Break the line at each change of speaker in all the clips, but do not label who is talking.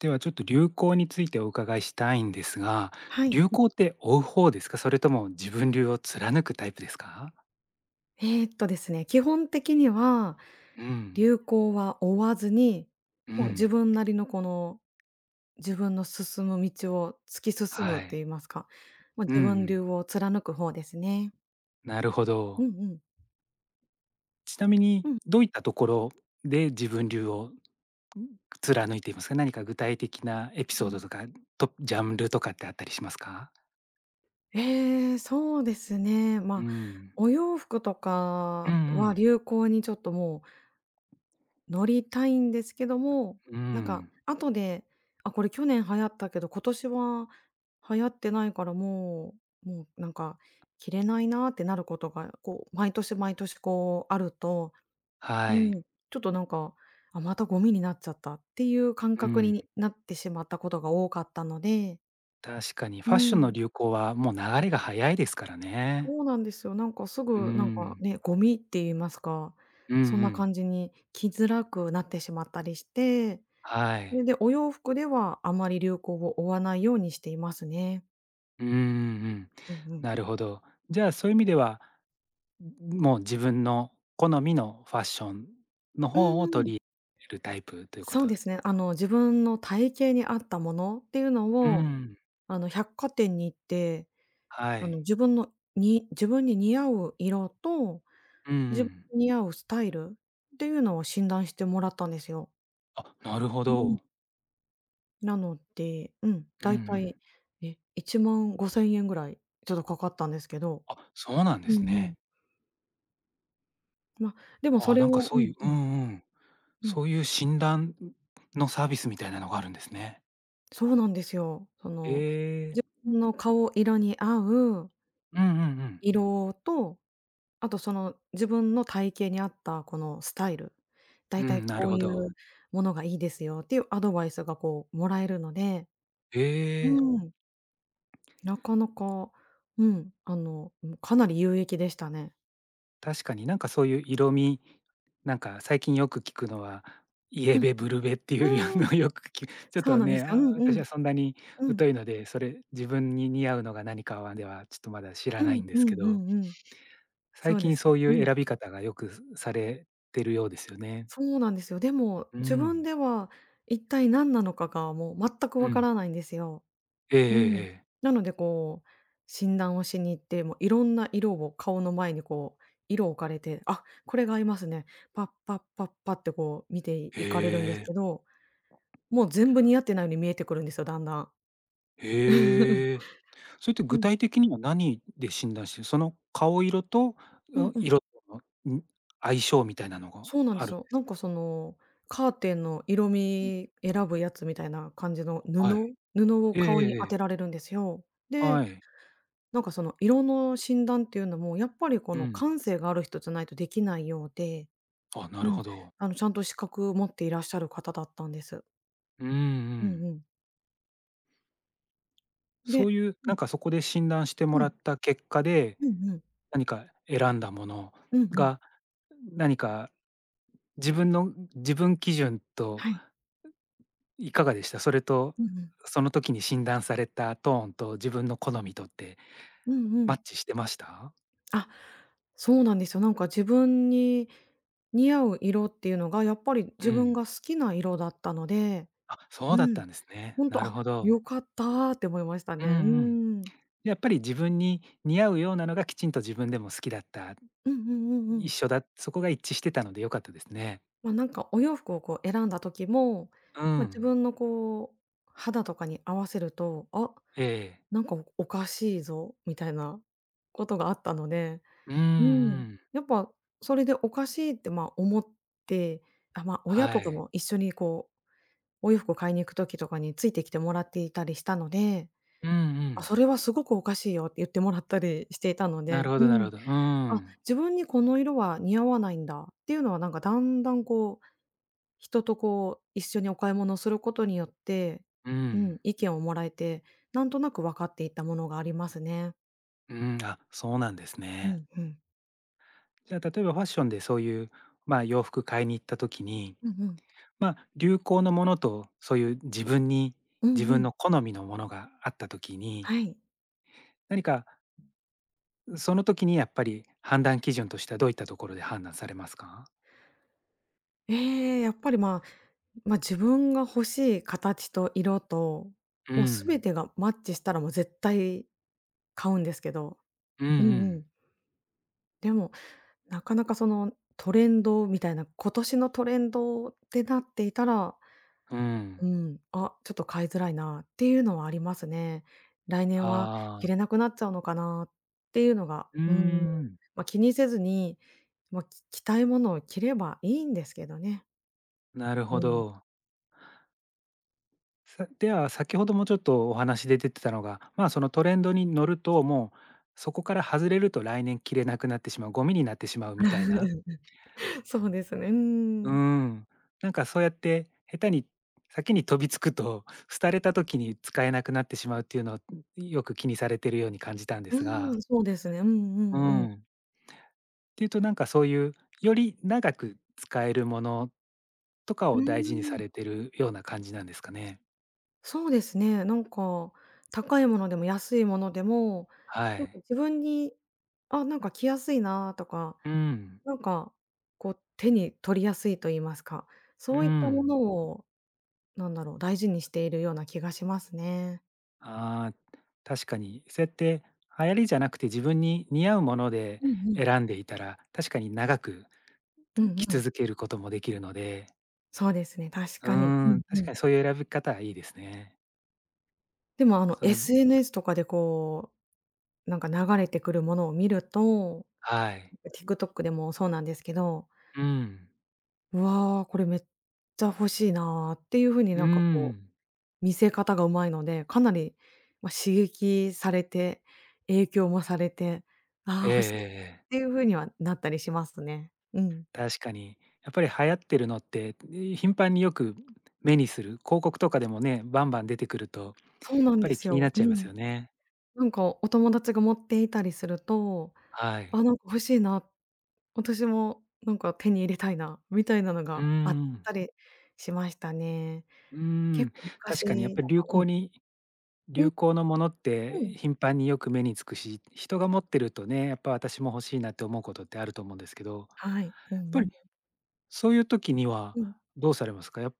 ではちょっと流行についてお伺いしたいんですが、
はい。
流行って追う方ですか？それとも自分流を貫くタイプですか？
ですね、基本的には
うん、
流行は追わずに、
う
もう自
ん、
分なりのこの、自分の進む道を突き進
は
むって言
い。
いますか、まあ、
うんう
自分流
ん、
を貫く方ですね。
なるほ
うん
ど。
うん。
ちなみ
う
に
ん
どういったところで自分流を貫いていますか？何か具体的なエピ
う
ソード
ん。
とか、とジャンルとかってあったりしますか？
ええ、そうですね。
うん。
お洋服と
うんう
かは
ん。
流行にちょっともう乗りたいんですけども、
う
なんか
ん。
後で、あ、これ去年流行ったけど、今年は流行ってないからもうなんか着れないなってなることが、こう毎年毎年こうあると、う
はい。
ん、ちょっとなんか、あ、またゴミになっちゃったっていう感
う
覚
ん。
になってしまったことが多かったので、
確かにフ
う
ァッションの
ん、
流行はもう流れが早いですからね。
そうなんですよ。なんかす
う
ぐなんか
ん。
ね、ゴミって言いますか、
うんう
そんな感
ん。
じに着づらくなってしまったりして、
は
そ
い。
れでお洋服ではあまり流行を追わないようにしていますね。
うんうんうん。
うんうん。
なるほど。じゃあ、そういう意味では、もう自分の好みのファッションの
う
方を
んう
取
ん。
り入れるタイプというこ
そう
と
で
で、
すね。あの、自分の体型に合ったものっていう
う
のを、
ん、
あの、百貨店に行って、
は
あの、
い。
自分に似合う色と、
うんう
自分
ん。
に似合うスタイルっていうのを診断してもらったんですよ。
あ、なるほ
うん。
ど。
なので、うん、
うん
だ
う
いたい、
ん。
1万5千円ぐらいちょっとかかったんですけど。
あ、そうなんで
う
す
んうん。
ね。
ま、でもそ
ああ、
れ
なんか
を、
そ
う
うい
ん。
う、
う
う
ん、
んうん。
うん。
そういう診断のサービスみたいなのがあるんですね。
そうなんですよ。その、
え
自
え。
分の顔色に合う
うんうんうん。
色と、あとその自分の体型に合ったこのスタイル、だ
う
いたい
ん、な
こ
る
う
ほ
いう
ど。
ものがいいですよっていうアドバイスがこうもらえるので、
ええ。
うん、なかなか、うん、あの、うん、かなり有益でしたね。
確かになんかそういう色味、なんか最近よく聞くのは、イ
う
エベ、ブルベっていう
ん、う
の
ん、
をよく聞く、ちょっ
そう
と
なんで
ね、
すよ。う
あ、
んう
私は
ん、
そんなに
うん、
疎いので、それ自分に似合うのが何かはではちょっとまだ知ら
う
ない
ん
んで
う
す
ん
け
う
ど、
んうん。そ
最
うで
近
す。
そう
う
いう
ん。
選び方がよくされてるようですよね。
そうなんですよ。でも、
う
自分
ん。
では一体何なのかがもう全く
う
わか
ん。
らないんですよ。
ええ
う
ええ
ん。
ええ。
なのでこう、診断をしに行って、もういろんな色を顔の前にこう、色を置かれて、あ、これが合いますね。パッパッパッパってこう見ていかれるんで
へ
す
え、
けど、もう全部似合ってないように見えてくるんですよ、だんだん。
へえ。それって
う
具
ん。
体的には何で診断してる、その顔色と、
う
あ、
んうん。
色との、ん、相性みたいなのが
そうなんで
あ
す
る？
よ。なんかその、カーテンの色味選ぶやつみたいな感じの布
はい。
布を
えええ
顔
え
に当
ええ。
てられるんですよ。で、
はい。
なんかその色の診断っていうのも、やっぱりこ
う
の
ん。
感性がある人じゃないとできないようで、
あ、な
う
る
ん、
ほど。
あのちゃんと資格持っていらっしゃる方だったんです。
うんう
うん
ん。
うん。
そう
で、
いう、
うん、
なんかそこで診断して
う
もら
ん、
った結果で、
うんうん、
何か選んだもの
うんうん、
が、何か自分の自分基準と
はい、
いかがでした？それと、
うんうん、
その時に診断されたトーンと自分の好みとって
うんう
マ
ん。
ッチしてました？
あ、そうなんですよ。なんか自分に似合う色っていうのが、やっぱり
う
自分
ん。
が好きな色だったので、
あ、そう
う
だっ
ん、
たんですね。
ほん
な
と、
る
あ、
ほ
良
ど。
かったーって思いました
うんう
ね。う
ん。
ん。
やっぱり自分に似合うようなのがきちんと自分でも好きだった、
うんうんうんう
一
ん。
緒だ、そこが一致してたので良かったですね。
まあ、なんかお洋服をこう選んだ時も、
う
まあ、自
ん。
分のこう、肌とかに合わせると、あ、
ええ。
なんかおかしいぞみたいなことがあったので、
うんう
うん、
ん。
やっぱそれでおかしいって、ま、思って、あ、まあ、親
は
とか
い。
も一緒にこう、お洋服買いに行く時とかについてきてもらっていたりしたので、
うんう
あ、
ん。
それはすごくおかしいよって言ってもらったりしていたの
なる
で、
ほ
う
ど、なる
ん、
ほど。う
あ、
ん。
自分にこの色は似合わないんだっていうのはなんかだんだんこう人とこう、一緒にお買い物をすることによって、
う
うん、
ん。
意見をもらえて、なんとなく分かっていったものがありますね。
うん、あ、そうなんです
う
ね。
んうん。
じゃあ、例えばファッションでそういう、まあ、洋服買いに行った時に、
うんうん。
まあ、流行のものと、そういう自分に
う
自
んう
分
ん。
の好みのものがあった時に、
はい。
何かその時にやっぱり判断基準としてはどういったところで判断されますか？
ええ、やっぱり、まあ、自分が欲しい形と色と、
う
もう全
ん。
てがマッチしたらもう絶対買うんですけど。
うんう
うんう
ん。
ん。でも、なかなかそのトレンドみたいな、今年のトレンドってなっていたら、
う
う
ん。
ん、あ、ちょっと買いづらいなっていうのはありますね。来年は着
あ
れ
あ、
なくなっちゃうのかなっていうのが、
うー
うん、
ん、
まあ、気にせずに、まあ、着たいものを着ればいいんですけどね。
なる
う
ほ
ん。
ど。さでは、先ほどもちょっとお話で出てたのが、まあ、そのトレンドに乗ると、もうそこから外れると来年着れなくなってしまう、ゴミになってしまうみたいな。
そうですね、う
うー
ん。
ん。なんかそうやって下手に先に飛びつくと、廃れた時に使えなくなってしまうっていうのを、よく気にされてるように感じたんです
う
が。
ん、そうですね。うんう
う
んうん。
ん。っていうとなんかそういう、より長く使えるものとか
う
を大事にさ
ーん、
れてるような感じなんですかね？
そうですね、なんか、高いものでも安いものでも、
は
なんか
い。
自分に、あ、なんか着やすいなとか、
うん。
なんか、こう、手に取りやすいと言いますか、
う
そういったも
ん。
のを、なんだろう、大事にしているような気がしますね。
ああ、確かに。そうやって流行りじゃなくて自分に似合うもので
うんうん。
選んでいたら、確かに長く
うん
着
うん。
続けることもできるので、
そうですね、確
う
かに。う
ー
ん
ん、
う
確か
ん。
にそういう選び方はいいですね。
でも、あの、
その、
SNS とかでこう、なんか流れてくるものを見ると、
はい。
TikTok でもそうなんですけど、
うん。
「うわ、これめっちゃ欲しいな」っていう風に
う
なんかこ
ん。
う見せ方がうまいので、かなり、ま、刺激されて、影響もされて、ああ、
ええええ
欲しいっ
ええ。
ていう風にはなったりしますね。うん。
確かに。やっぱり流行ってるのって、い頻繁によく目にする、広告とかでもね、バンバン出てくると、やっ
そうなん
ぱ
で
り
す
気になっ
よ。う
ちゃいます
ん。
よね。
なんかお友達が持っていたりすると、
は
あ、
い。
なんか欲しいな、私もなんか手に入れたいなみたいなの
うー
があっ
ん。
たりしましたね。
うー
結
ん、
構
確かにやっ
昔
ぱ
だ
り
と
流
う
行
ん。
に
うん
流行のものって
うん。
頻繁によく目につくし、人が持ってるとね、やっぱ私も欲しいなって思うことってあると思うんですけど、やっ
はい。うん
ぱ
うん。
りそういう時には
うん。
どうされますか？やっ、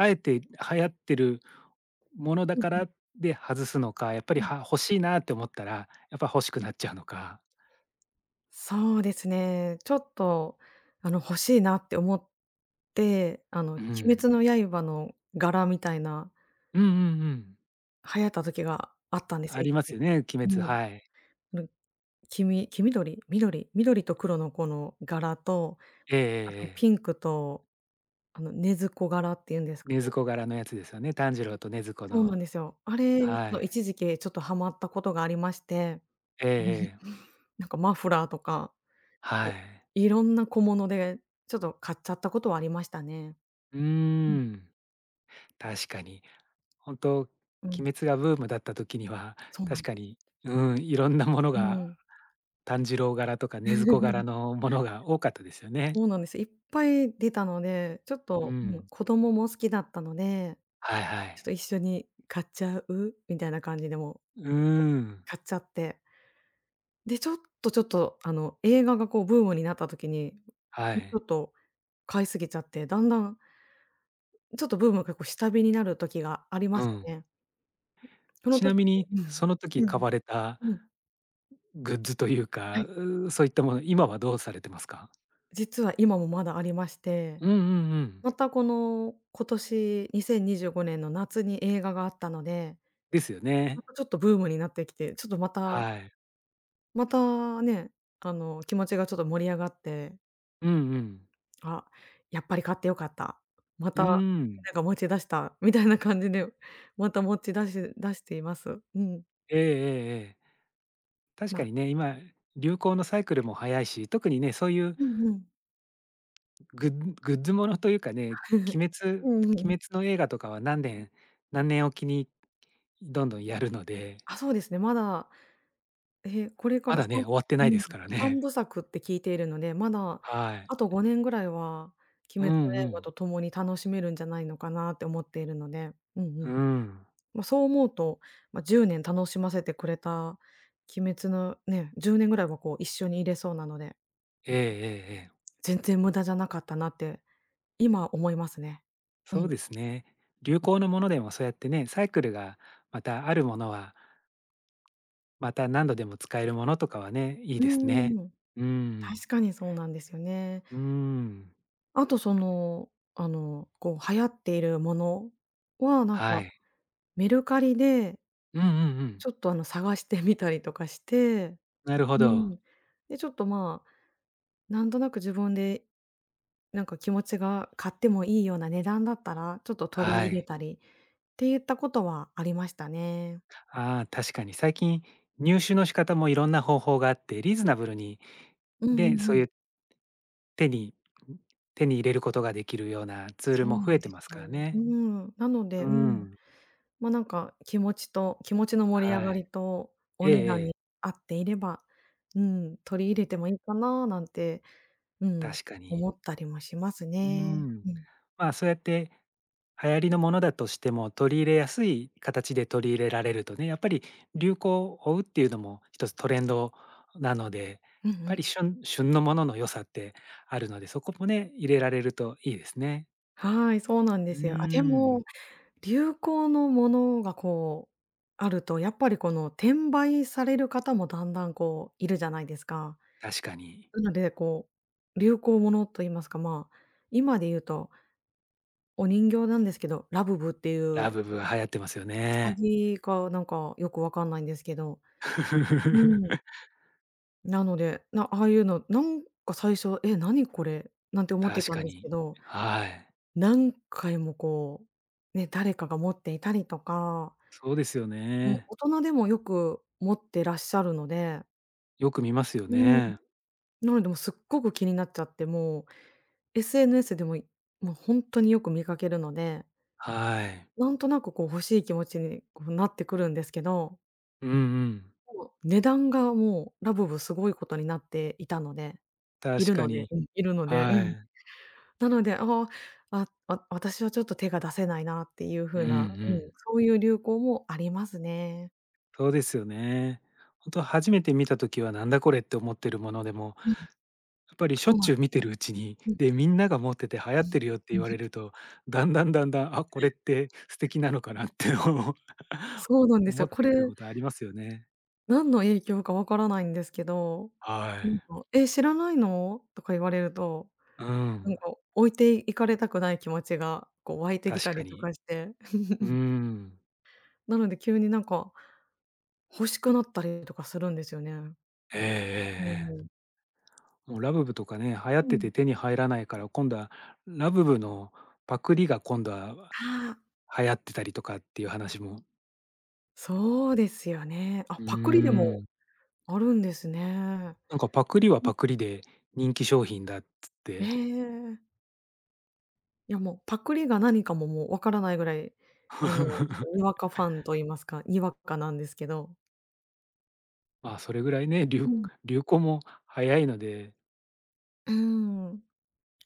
あえて流行ってるものだ
うん
か
うん。
らで外すのか、やっぱ
う
り、
ん。
は欲しいなって思ったら、やっぱ欲しくなっちゃうのか。
そうですね。ちょっと、あの、欲しいなって思って、あの、
う
鬼滅
ん。
の刃の柄みたいな、
うんうんうん。
流行った時があったんです
あ
よ、一
りま
時
す
期。
よね、鬼
う
滅、
ん。
はい。
あの、黄緑緑緑と黒のこの柄と、
ええええ
あと
え
ピ
え。
ンクと、あの、禰豆子柄っていうんです
禰
か
豆
ね。
子柄のやつですよね、炭治郎と禰豆子
そうなん
の。
ですよ。あれ、ちょっ
は
と
い。
一時期ちょっとハマったことがありまして、
ええええ、
なんかマフラーとか、
は
もう
い。
いろんな小物で、ちょっと買っちゃったことはありましたね。
うーん、確かに。本当鬼
うん、
滅がブームだった時には、
そうな
確
んで
か
す。
に、うん、いろんなもの
う
が、
ん。
炭治郎柄とか禰豆子柄 のものが多かったですよね。
そうなんです。いっぱい出たので、ちょっ
う
と、うん、
ん。
子供も好きだったので、
はい、は
ちょっ
い。
と一緒に買っちゃう？みたいな感じでもう、
うー
結構
ん、
買っちゃって。で、ちょっと、あの、映画がこうブームになった時に、
は
ちょ
い。
っと買いすぎちゃって、だんだんちょっとブームがこう下火になる時がありま
う
すよ
ん。
ね。その
ち
時
なみに、
うん。
その時
う
買
ん。
われた
うん。
グッズという
は
か、
い。
う、そういったもの、今はどうされてますか？
実は今もまだありまして、
うんうんうん。
またこの、今年2025年の夏に映画があったので、
ですよね。
またちょっとブームになってきて、ちょっと
はい。
またね、あの、気持ちがちょっと盛り上がって、
うんうん。
あ、やっぱり買ってよかった。ま
うー
た、な
ん。
んか持ち出した、みたいな感じで、また持ち出しています。うん。
ええええええ。確
ま
か
あ、
にね、今、流行のサイクルも早いし、特にね、そういう
うんうん。
グッ、グッズものというかね、鬼滅、
うんうんうん。
鬼滅の映画とかは何年、何年おきにどんどんやるので、
あ、そうですね、まだこれか
ま
ら
だね、終わってな
う
いで
ん、
すから
3
ね。
部作って聞いているので、まだ
はい。
あと5年ぐらいは
うん
鬼滅
う
の刃
ん。
と共に楽しめるんじゃないのかなって思っているので、うんう
う
ん。
ん。
ま、そう思うと、ま、10年楽しませてくれた鬼滅のね、10年ぐらいはこう一緒にいれそうなので、
ええええええ。
全然無駄じゃなかったなって今思いますね。う
そう
ん。
ですね。流行のものでもそうやってね、サイクルがまたあるものは、また何度でも使えるものとかはね、いい
う
ですね。
んうん。
うん。
確かにそうなんですよね。
うん。
あとその、こう流行っているものはなん
は
か
い。
メルカリで、
うんうんうん。
ちょっと探してみたりとかして、
なるほ
う
ど。
ん。で、ちょっとまあ、なんとなく自分でなんか気持ちが買ってもいいような値段だったら、ちょっと取り
は
入れ
い。
たりっていったことはありましたね。
ああ、確かに最近入手の仕方もいろんな方法があって、リーズナブルに、
うんう
で、そう
んう
い
ん。
う手に手に入れることができるようなツール
そう
も増
なん
えて
です
ますから
よ。う
ね。
ん。なので、
う
うん、
ん。
ま、なんか気持ちと気持ちの盛り上
は
が
い。
りとお
ええ
値
え
段
え、
に合っていれば、うん、取り入れてもいいかななんて、うん、
確かに。
思ったりもします
うー
ね。
ん。
うん。
まあ、そうやって流行りのものだとしても、取り入れやすい形で取り入れられるとね、やっぱり流行を追うっていうのも一つトレンドなので、やっ
うんう
ぱり
ん。
旬、旬のものの良さってあるので、そこもね、入れられるといいですね。
はい、そうなんで
うー
すよ。あ、で
ん、
も、流行のものがこう、あると、やっぱりこの転売される方もだんだんこう、いるじゃないですか。
確かに。
なので、こう、流行ものと言いますか、まあ、今で言うと、お人形なんですけど、ラブブっていう、
ラブブは流行ってますよ
ウサ
ね。
ギかなんかよくわかんないんですけど、うん。なので、ああいうの、なんか最初、「え、何これ」なんて思って
確
たん
か
ですけ
に。
ど、
はい。
何回もこう、ね、誰かが持っていたりとか、
そうですよ
もう
ね。
大人でもよく持ってらっしゃるので、
よく見ますよ
うん、
ね。
なのでもうすっごく気になっちゃって、もう SNS でも、もうほんとによく見かけるので、
はい。
なんとなくこう欲しい気持ちにこうなってくるんですけど、
うんうん。
もう値段がもうラブブすごいことになっていたのでい
確
る
か
ので、
に。
うん、いるので、う
は
ん。
い。
なので、ああ、私はちょっと手が出せないなっていう
う
風
んう
な、うん、
ん。
そういう流行もありますね。
そうですよね。本当初めて見た時はなんだこれって思ってるものでも、
うん、
やっぱりしょ
そ
っ
うな
ち
ん
ゅう
です。
見てるうちに、
うん、
で、みんなが持ってて流行ってるよって
う
言
ん、
われると、だんだん、だんだん、あ、これって素敵なのかなって思う
そうなんです
思
よ。
っ
こ
て
れ
くることありますよね。
何の影響かわからないんですけど、
は
なん
い。
か「え、知らないの？」とか言われると、
う
なん
ん、
か置いていかれたくない気持ちが、こう湧いてき
確
た
か
りと
に。
かして。
う ん。
なので急になんか欲しくなったりとかするんですよね。
ええええ
う
ええ。
ん。
もうラブブとかね、流行っ
う
て
ん。
て手に入らないから、今度はラブブのパクリが今度は
ああ、
流行ってたりとかっていう話も、
そうですよね。あ、
う
パクリで
ー
も
ん。
あるんですね。
なんかパクリは
うん。
パクリで人気商品だっつっ
え
て、
え。いやもうパクリが何かも、もうわからないぐらい、ちょっとにわかファンと言いますか、にわかなんですけど。
まあ、それぐらいね、流
うん
流行も早いので、
うーん、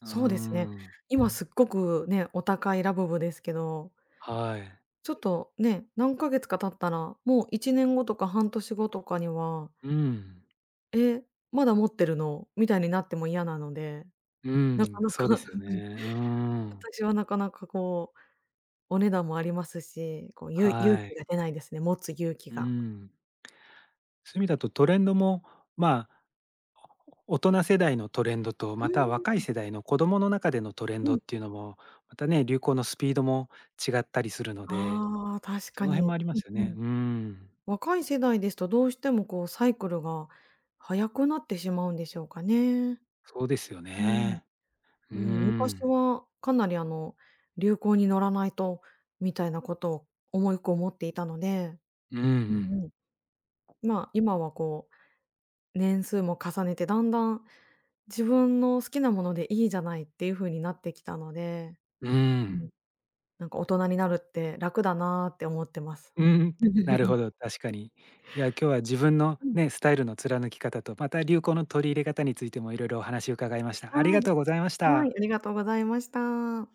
うー
そうですね。
ん、
今すっごくね、お高いラブブですけど、
はい。
ちょっとね、何ヶ月か経ったら、もう1年後とか半年後とかには、
うん、
「え、まだ持ってるの？」みたいになっても嫌なので、
う
なか
ん、
な
そ
か、
うで
うん、
すよね。うーん、
私はなかなかこう、お値段もありますし、こう、勇
は
気
い。
が出ないですね、持つ勇気
う
が。
ん。そういう意味だとトレンドも、まあ、大人世代のトレンドと、
う
また若い
ー
世代の子供の中でのトレン
ん、う
ドっ
ん。
ていうのも、またね、流行のスピードも違ったりするので、
ああ、確
そ
か
の辺も
に。
あり
う
ますよ
んう
ね。
ん。
うん、
若い世代ですとどうしてもこうサイクルが早くなってしまうんでしょうかね。
そうですよ
うん、
ね。うー
うん、昔
ん。
はかなり流行に乗らないとみたいなことを重く思っていたので、
うんう
う
ん。
んうん、まあ、今はこう、年数も重ねてだんだん自分の好きなものでいいじゃないっていう風になってきたので、
うー
う
ん。
ん、なんか大人になるって楽だなって思ってます。
うん、なる ほど、確かに。いや、今日は自分の
うん、
ね、スタイルの貫き方と、また流行の取り入れ方についてもいろいろお話を伺いました。
は
ありが
い、
とうございまし
はい、
た。
ありがとうございました。